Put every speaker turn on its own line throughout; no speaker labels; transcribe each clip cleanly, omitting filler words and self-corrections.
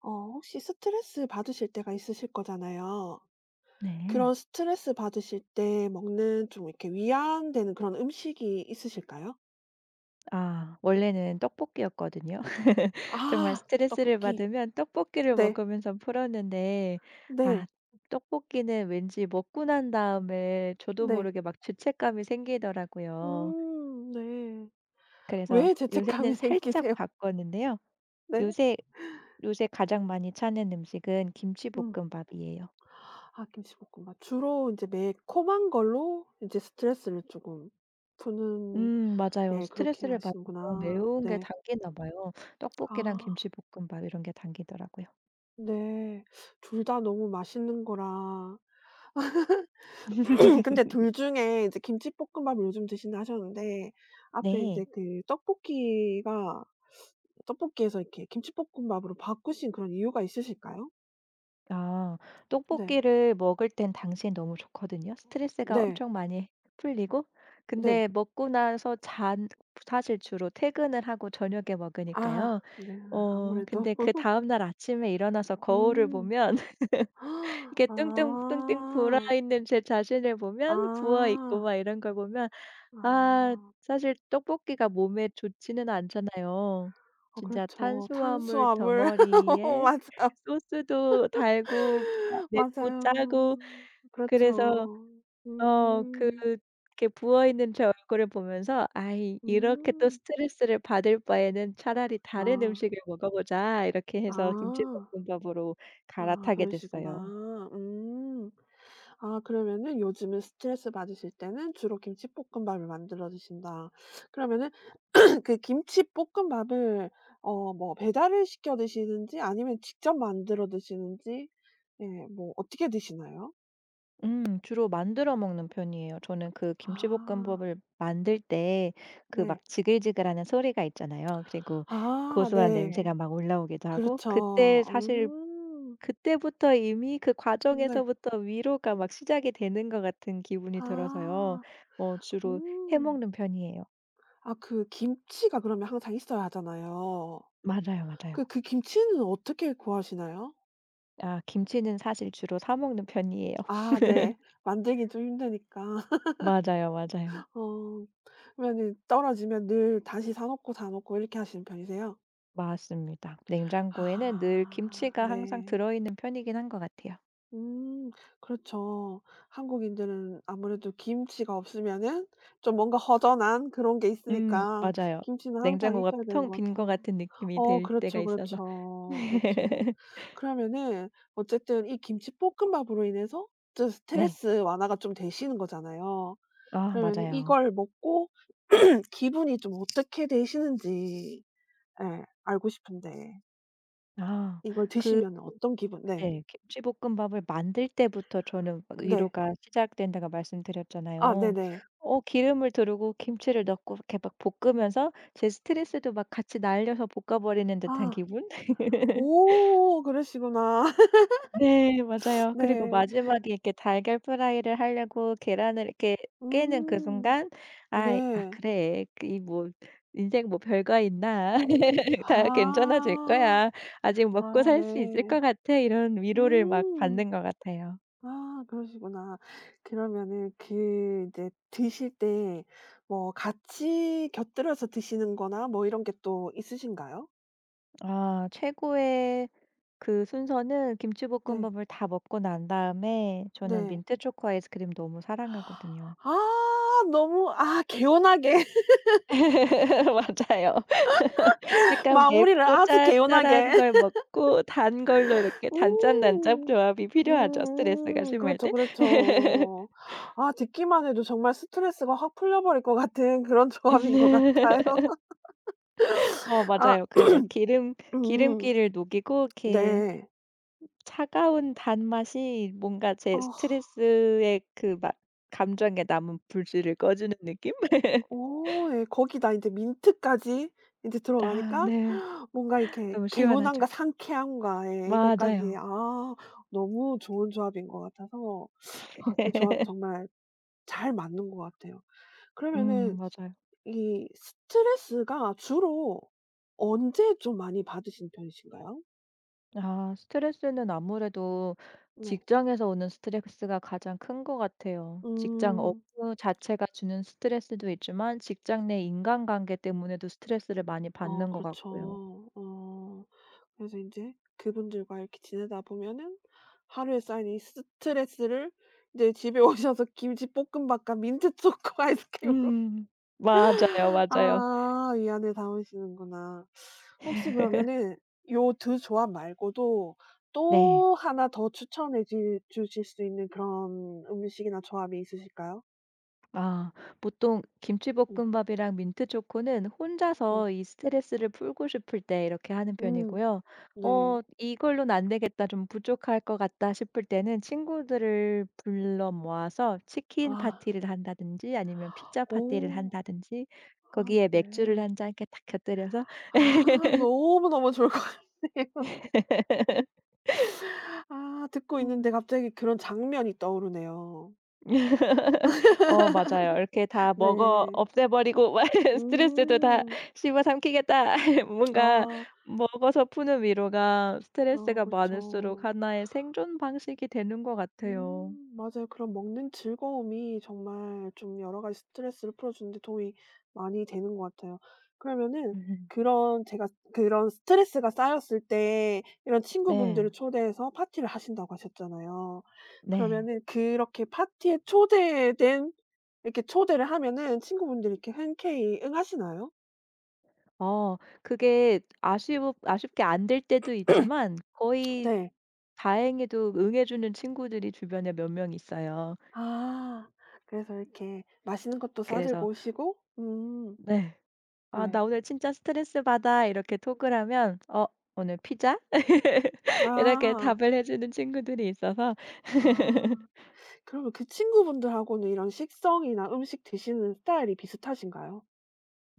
혹시 스트레스 받으실 때가 있으실 거잖아요.
네.
그런 스트레스 받으실 때 먹는 좀 이렇게 위안되는 그런 음식이 있으실까요?
아 원래는 떡볶이였거든요. 정말
아,
스트레스를
떡볶이.
받으면 떡볶이를
네.
먹으면서 풀었는데. 아
네.
떡볶이는 왠지 먹고 난 다음에 저도
네.
모르게 막 죄책감이 생기더라고요.
음, 네.
그래서
왜
요새는
죄책감이
살짝
생기세요?
바꿨는데요.
네.
요새 요새 가장 많이 찾는 음식은
음.
김치볶음밥이에요.
아, 김치볶음밥. 주로 이제 매콤한 걸로 이제 스트레스를 조금 푸는.
맞아요.
네, 그렇게
스트레스를 받으면
하시는구나.
매운 게
네.
당기나 봐요. 떡볶이랑
아,
김치볶음밥 이런 게 당기더라고요.
네. 둘 다 너무 맛있는 거라. 음, 근데 둘 중에 이제 김치볶음밥을 요즘 드신다 하셨는데, 앞에 인제
네.
그 떡볶이가, 떡볶이에서 이렇게 김치볶음밥으로 바꾸신 그런 이유가 있으실까요?
아.
네.
떡볶이를 먹을 땐 당시엔 너무 좋거든요. 스트레스가
네.
엄청 많이 풀리고
네.
근데 먹고 나서 잔 사실 주로 퇴근을 하고 저녁에
아,
먹으니까요.
네. 아무래도
근데 그다음 날 아침에 일어나서 거울을
음.
보면
아.
이렇게 뚱뚱 뚱뚱 불어
아.
있는 제 자신을 보면 부어 있고 막 이런 걸 보면 아
아.
사실 떡볶이가 몸에 좋지는 않잖아요.
어,
진짜
그렇죠.
탄수화물
탄수화물.
덩어리에
맞아요.
소스도 달고 맵고 짜고
맞아요.
그래서
그렇죠. 음.
그렇게 부어 있는 제 얼굴을 보면서 '아이 이렇게 또
음.
스트레스를 받을 바에는 차라리
아.
다른 음식을 먹어 보자.' 이렇게 해서
아.
김치볶음밥으로
아,
갈아타게 됐어요.
그러시구나. 음. 아, 그러면은 요즘은 스트레스 받으실 때는 주로 김치볶음밥을 만들어 드신다. 그러면은 그 김치볶음밥을, 뭐 배달을 시켜 드시는지 아니면 직접 만들어 드시는지, 예, 뭐 어떻게 드시나요?
주로 만들어 먹는 편이에요. 저는 그
아,
김치볶음밥을 만들 때 그
네.
막 지글지글하는 소리가 있잖아요. 그리고
아,
고소한
네.
냄새가 막 올라오기도 하고
그렇죠. 음.
그때부터 이미 그
네.
과정에서부터 위로가 막 시작이 되는 것 같은 기분이 들어서요.
아.
주로 해
음.
먹는 편이에요.
아, 그 김치가 그러면 항상 있어야 하잖아요.
맞아요,
그
맞아요.
그 김치는 어떻게 구하시나요?
아 김치는 사실 주로 사 먹는 편이에요.
아, 네. 만들긴 좀 힘드니까.
맞아요, 맞아요.
어. 그러면은 떨어지면 늘 다시 사 놓고, 사 놓고 이렇게 하시는 편이세요?
맞습니다. 냉장고에는 늘
아,
김치가 항상
네.
들어 있는 편이긴 한 것 같아요.
음, 그렇죠. 한국인들은 아무래도 김치가 없으면은 좀 뭔가 허전한 그런 게 있으니까,
맞아요.
김치는 항상
냉장고가
있어야 되는
텅
것
빈 것
같아요.
같은 느낌이
어,
들 때가
그렇죠,
있어서.
그렇죠. 그렇죠. 그러면은 어쨌든 이 김치볶음밥으로 인해서 좀
네.
스트레스 완화가 좀 되시는 거잖아요.
아
그러면
맞아요.
이걸 먹고 기분이 좀 어떻게 되시는지, 예, 알고 싶은데,
아
이걸 드시
그
면 어떤 기분? 네.
네. 김치볶음밥을 만들 때부터 저는 막
네.
위로가 시작된다고
아,
말씀드렸잖아요.
네네.
기름을 두르고 김치를 넣고 이렇게 막 볶으면서 제 스트레스도 막 같이 날려서 볶아 버리는 듯한
아.
기분?
오, 그러시구나.
네 맞아요. 그리고
네.
마지막에 이렇게 달걀 프라이를 하려고 계란을 이렇게 깨는 그
음.
순간 '아 아
네.
그래. 그 이 뭐 인생 뭐 별거 있나. 다 괜찮아질
아.
거야. 아직 먹고
아,
살 수 있을
네.
것 같아.' 이런 위로를 막
음.
받는 것 같아요.
아, 그러시구나. 그러면은 그 이제 드실 때 뭐 같이 곁들여서 드시는 거나 뭐 이런 게 또 있으신가요?
아 최고의 그 순서는
네.
김치볶음밥을 다 먹고 난 다음에 저는
네.
민트 초코 아이스크림 너무 사랑하거든요.
아, 너무, 아, 개운하게.
맞아요. 약간
마무리를
맵고
아주 개운하게.
짭짤한 걸 먹고 단 걸로 이렇게 단짠단짠
음.
조합이 필요하죠, 스트레스가
음.
심할
그렇죠,
때.
그렇죠. 아, 듣기만 해도 정말 스트레스가 확 풀려 버릴 것 같은 그런 조합인 것 같아요.
어 맞아요.
아.
그 막
음.
기름기를 녹이고 이렇게
네.
차가운 단맛이 뭔가 제
아.
스트레스의 그 막 감정에 남은 불씨를 꺼주는 느낌?
어, 예. 거기다 인제 민트까지 인제
아
들어가니까
네.
뭔가 이렇게
너무 시원하죠.
개운함과 상쾌함과, 예, 이것까지,
맞아요.
아, 너무 좋은 조합인 것 같아서. 아, 그 조합 정말 잘 맞는 것 같아요. 그러면은
맞아요.
이 스트레스가 주로 언제 좀 많이 받으시는 편이신가요?
아, 스트레스는 아무래도
네.
직장에서 오는 스트레스가 가장 큰 것 같아요. 직장
음.
업무 자체가 주는 스트레스도 있지만 직장 내 인간관계 때문에도 스트레스를 많이
어,
받는 것 같고요.
그렇죠. 어, 그래서 인제 그분들과 이렇게 지내다 보면은 하루에 쌓인 이 스트레스를 이제 집에 오셔서 김치볶음밥과 민트초코 아이스크림으로.
음, 맞아요, 맞아요.
아, 위안을 담으시는구나. 혹시 그러면은 요 두 조합 말고도
네.
또 하나 더 추천해 주 주실 수 있는 그런 음식이나 조합이 있으실까요?
아, 보통
네.
김치볶음밥이랑 민트 초코는
네.
혼자서 이 스트레스를 풀고 싶을 때 이렇게 하는
음.
편이고요.
네.
이걸로는 안 되겠다, 좀 부족할 것 같다 싶을 때는 친구들을 불러 모아서 치킨
아.
파티를 한다든지 아니면 피자 파티를
오.
한다든지
아,
거기에 맥주를
네.
한잔 이렇게 딱 곁들여서
아, 너무너무 좋을 것 같아요. 아, 듣고 있는데
음.
갑자기 그런 장면이 떠오르네요.
어 맞아요. 이렇게 다 먹어
네.
없애버리고 스트레스도 다
음.
씹어 삼키겠다. 뭔가
아.
먹어서 푸는 위로가
아,
스트레스가 많을수록
그렇죠.
하나의 생존 방식이 되는 것 같아요.
음, 맞아요. 그런 먹는 즐거움이 정말 좀 여러 가지 스트레스를 풀어주는 데 도움이 많이 되는 것 같아요. 그러면은
음,
그런 제가 그런 스트레스가 쌓였을 때 이런 친구분들을
네.
초대해서 파티를 하신다고 하셨잖아요.
네.
그러면은 그렇게 파티에 초대된, 이렇게 초대를 하면은 친구분들이 이렇게 흔쾌히 응하시나요?
어 그게 아쉬우 아쉽게 안 될 때도 있지만 거의
네.
다행히도 응해주는 친구들이 주변에 몇 명 있어요.
아, 그래서 이렇게 맛있는 것도 싸
그래서
들고 오시고. 음.
네. "아
네.
나 오늘 진짜 스트레스 받아." 이렇게 톡을 하면 "어 오늘 피자?" 이렇게
아.
답을 해 주는 친구들이 있어서
아. 그러면 그 친구분들하고는 이런 식성이나 음식 드시는 스타일이 비슷하신가요?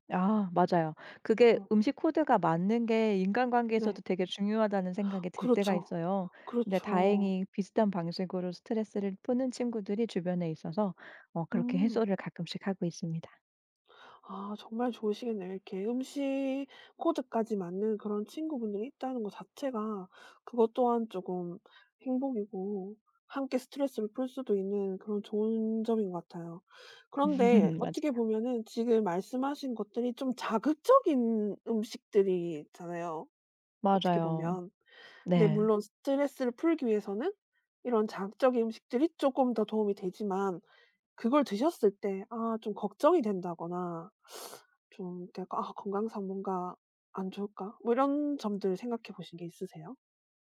아 맞아요. 그게
어.
음식 코드가 맞는 게 인간관계에서도
네.
되게 중요하다는 생각이 들 때가
그렇죠.
있어요. 근데
그렇죠.
다행히 비슷한 방식으로 스트레스를 푸는 친구들이 주변에 있어서 그렇게
음.
해소를 가끔씩 하고 있습니다.
아, 정말 좋으시겠네요. 이렇게 음식 코드까지 맞는 그런 친구분들이 있다는 것 자체가 그것 또한 쪼금 행복이고, 함께 스트레스를 풀 수도 있는 그런 좋은 점인 것 같아요. 그런데 어떻게
맞아요.
보면은 지금 말씀하신 것들이 좀 자극적인 음식들이잖아요, 어떻게
맞아요.
보면. 네,
네.
물론 스트레스를 풀기 위해서는 이런 자극적인 음식들이 조금 더 도움이 되지만 그걸 드셨을 때, 아, 좀 걱정이 된다거나, 좀 내가 '아, 건강상 뭔가 안 좋을까?' 뭐 이런 점들 생각해 보신 게 있으세요?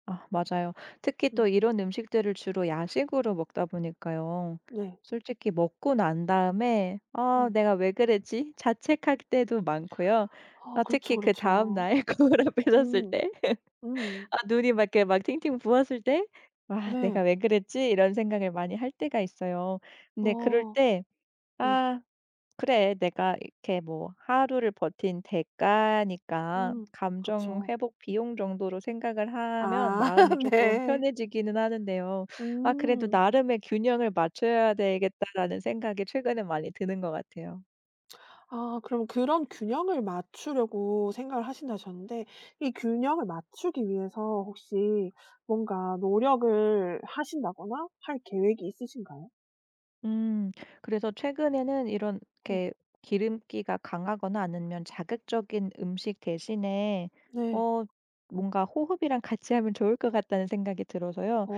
아 맞아요. 특히 또
음.
이런 음식들을 주로 야식으로 먹다 보니까요.
네.
솔직히 먹고 난 다음에 '아
음.
내가 왜 그랬지?' 자책할 때도 많고요.
아,
아
그렇죠,
특히 그다음
그렇죠.
날 거울 앞에 섰을
음.
때
음.
아 눈이 막 이렇게 막 팅팅 부었을 때 '와 내가
네.
왜 그랬지?' 이런 생각을 많이 할 때가 있어요. 근데 그럴
어.
때
네.
'아 그래, 내가 이렇게 뭐 하루를 버틴 대가니까
음. 그
감정
죠
회복 비용 정도로 생각을 하면
아
마음이 조금
네.
편해지기는 하는데요. 아, 그래도
음.
나름의 균형을 맞춰야 되겠다라는 생각이 최근에 많이 드는 것 같아요.
아, 그럼 그런 균형을 맞추려고 생각을 하신다 하셨는데 이 균형을 맞추기 위해서 혹시 뭔가 노력을 하신다거나 할 계획이 있으신가요?
음. 그래서 최근에는 이런
네.
이렇게 기름기가 강하거나 아니면 자극적인 음식 대신에
네.
어 뭔가 호흡이랑 같이 하면 좋을 것 같다는 생각이 들어서요.
어.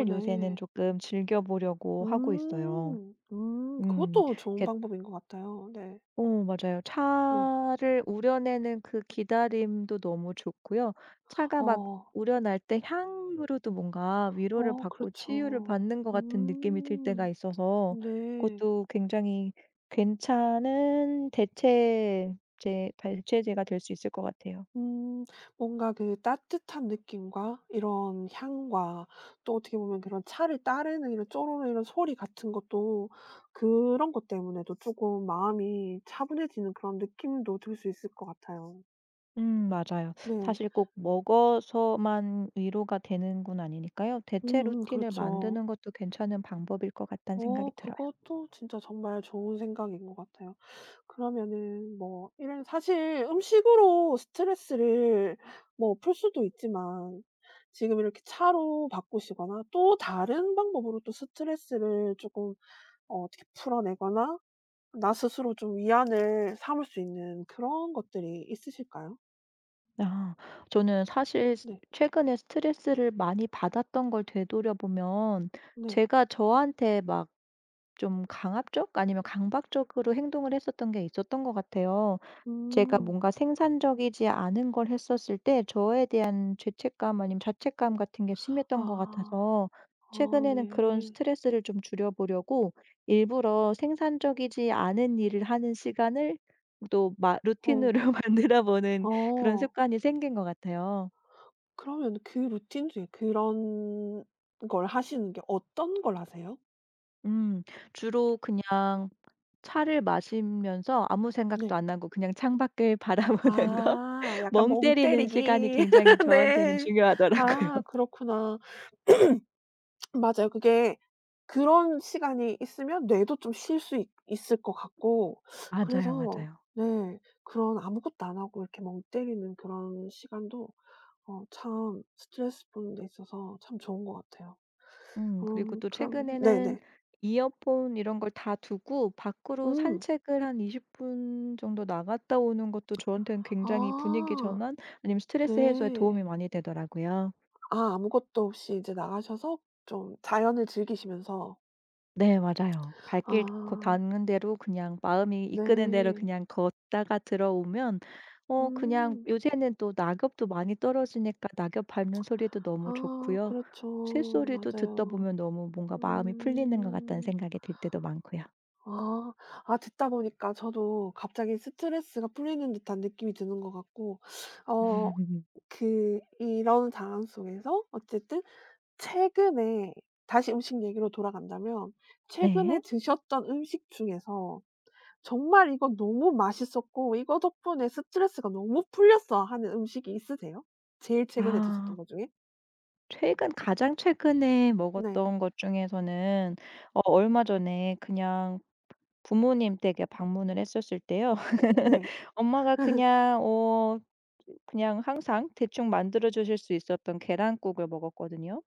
어,
요새는
네.
조금 즐겨 보려고 하고 있어요.
음. 음.
음.
그것도 좋은
이렇게
방법인 것 같아요. 네.
어 맞아요.
네.
차를 우려내는 그 기다림도 너무 좋고요. 차가 막
어.
우려날 때 향으로도 뭔가 위로를
어,
받고 치유를
그렇죠.
받는 것 같은 느낌이 들 때가
음.
있어서
네.
그것도 굉장히 괜찮은 대체제가 될 수 있을 것 같아요.
음. 뭔가 그 따뜻한 느낌과 이런 향과 또 어떻게 보면 그런 차를 따르는 이런 쪼르르 이런 소리 같은 것도, 그런 것 때문에도 조금 마음이 차분해지는 그런 느낌도 들 수 있을 것 같아요.
맞아요.
네.
사실 꼭 먹어서만 위로가 되는 건 아니니까요. 대체
음음,
루틴을
그렇죠.
만드는 것도 괜찮은 방법일 것 같다는 생각이
어,
들어요.
그것도 진짜 정말 좋은 생각인 것 같아요. 그러면은 뭐 이런 사실 음식으로 스트레스를 뭐 풀 수도 있지만 지금 이렇게 차로 바꾸시거나 또 다른 방법으로 또 스트레스를 쪼끔, 어, 어떻게 풀어내거나 나 스스로 좀 위안을 삼을 수 있는 그런 것들이 있으실까요?
아. 저는 사실 스
네.
최근에 스트레스를 많이 받았던 걸 되돌아 보면
네.
제가 저한테 막 좀 강압적 아니면 강박적으로 행동을 했었던 게 있었던 것 같아요. 제가
음.
뭔가 생산적이지 않은 걸 했었을 때 저에 대한 죄책감 아니면 자책감 같은 게 심했던 것
아.
같아서
아,
최근에는 그런
네.
스트레스를 좀 줄여보려고 일부러 생산적이지 않은 일을 하는 시간을 또 마
어.
루틴으로 만들어 보는 그런
어.
습관이 생긴 것 같아요.
그러면 그 루틴 중에 그런 걸 하시는 게 어떤 걸 하세요?
음. 주로 그냥 차를 마시면서 아무 생각도
네.
안 하고 그냥 창밖을 바라보는 거?
아, 약간
멍
멍
때리는 시간이
때리기.
굉장히 저한테는
네. 아,
중요하더라고요.
그렇구나. 맞아요. 그게 그런 시간이 있으면 뇌도 좀 쉴 수 있을 것 같고,
맞아요,
그래서,
맞아요.
네, 그런 아무것도 안 하고 이렇게 멍 때리는 그런 시간도 어 참 스트레스 푸는 데 있어서 참 좋은 것 같아요.
그리고
음,
또
그럼
최근에는
네네.
이어폰 이런 걸 다 두고 밖으로
음.
산책을 한 20분 정도 나갔다 오는 것도 저한테는 굉장히 분위기
아,
전환 아니면 스트레스 해소에
네.
도움이 많이 되더라고요.
아, 아무것도 없이 이제 나가셔서 좀 자연을 즐기시면서.
네, 맞아요. 발길 코
아.
닿는 대로 그냥 마음이 이끄는 대로
네.
그냥 걷다가 들어오면 그냥
음.
요새는 또 낙엽도 많이 떨어지니까 낙엽 밟는 소리도 너무
아,
좋고요.
그렇죠.
새소리도 듣다
맞아요.
보면 너무 뭔가 마음이 풀리는 것 같다는
음.
생각이 들 때도 많고요.
아. 아, 듣다 보니까 저도 갑자기 스트레스가 풀리는 듯한 느낌이 드는 것 같고. 어, 그 이런 상황 속에서 어쨌든 최근에, 다시 음식 얘기로 돌아간다면 최근에
네.
드셨던 음식 중에서 '정말 이거 너무 맛있었고 이거 덕분에 스트레스가 너무 풀렸어.' 하는 음식이 있으세요? 제일 최근에 드셨던
아
것 중에?
최근 가장 최근에
네.
먹었던 것 중에서는 얼마 전에 그냥 부모님 댁에 방문을 했었을 때요.
네.
엄마가 그냥 항상 대충 만들어 주실 수 있었던 계란국을 먹었거든요.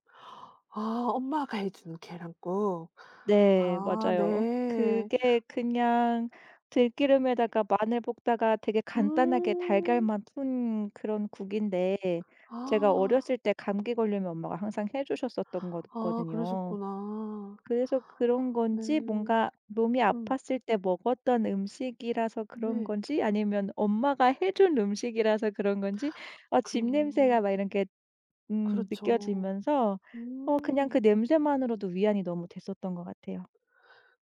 아, 엄마가 해 주는 계란국.
네.
아,
맞아요.
네.
그게 그냥 들기름에다가 마늘 볶다가 되게 간단하게
음.
달걀만 푼 그런 국인데 제가
아.
어렸을 때 감기 걸리면 엄마가 항상 해 주셨었던
아,
거거든요.
그러셨구나.
그래서 그런 건지
네.
뭔가 몸이
음.
아팠을 때 먹었던 음식이라서 그런
네.
건지 아니면 엄마가 해준 음식이라서 그런 건지
그.
집 냄새가 막 이런 게
그렇죠.
느껴지면서 그냥
음.
그 냄새만으로도 위안이 너무 됐었던 것 같아요.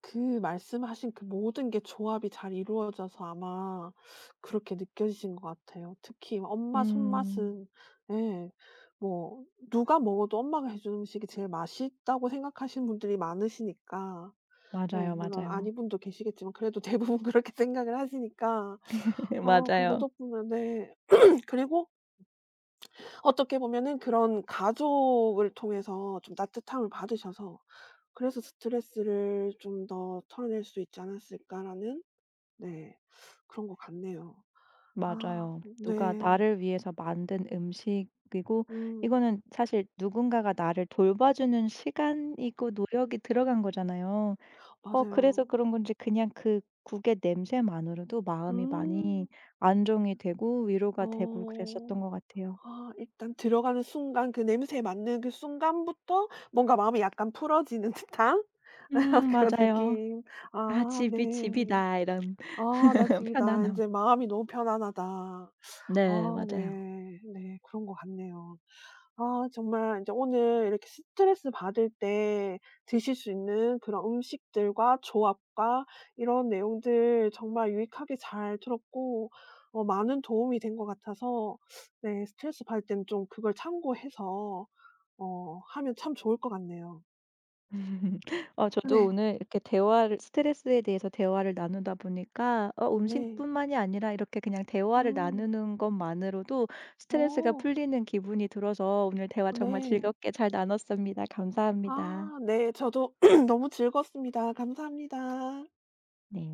그 말씀하신 그 모든 게 조합이 잘 이루어져서 아마 그렇게 느껴지신 것 같아요. 특히 엄마
음.
손맛은, 예, 뭐 누가 먹어도 엄마가 해 주는 음식이 제일 맛있다고 생각하시는 분들이 많으시니까. 네.
맞아요,
물론 안
맞아요.
입은 분도 계시겠지만 그래도 대부분 그렇게 생각을 하시니까 어, 그거
맞아요.
덕분에, 네. 그리고 어떻게 보면은 그런 가족을 통해서 좀 따뜻함을 받으셔서 그래서 '스트레스를 좀 더 털어낼 수 있지 않았을까.'라는, 네, 그런 것 같네요. 아,
맞아요. 누가
네.
나를 위해서 만든 음식이고
음,
이거는 사실 누군가가 나를 돌봐주는 시간이고 노력이 들어간 거잖아요. 그래서
맞아요.
그런 건지 그냥 그 국의 냄새만으로도 마음이 많이
음.
안정이 되고 위로가 되고 그랬었던
어.
것 같아요.
아, 일단 들어가는 순간 그 냄새에 맡는 그 순간부터 뭔가 마음이 약간 풀어지는 듯한
음
그런
맞아요.
느낌.
'아
아, 네.
집이 집이다.' 이런
아, "나 지 이다 이
편안함.
제 마음이 너무 편안하다."
네
아,
맞아요.
네. 네. 그런 것 같네요. 아, 정말 이제 오늘 이렇게 스트레스 받을 때 드실 수 있는 그런 음식들과 조합과 이런 내용들 정말 유익하게 잘 들었고 어 많은 도움이 된 것 같아서 네 스트레스 받을 때는 좀 그걸 참고해서 어 하면 참 좋을 것 같네요.
저도
네.
오늘 이렇게 대화를 스트레스에 대해서 대화를 나누다 보니까
네.
음식뿐만이 아니라 이렇게 그냥 대화를
음.
나누는 것만으로도 스트레스가
어.
풀리는 기분이 들어서 오늘 대화 정말
네.
즐겁게 잘 나눴습니다. 감사합니다.
아, 네. 저도 너무 즐거웠습니다. 감사합니다.
네.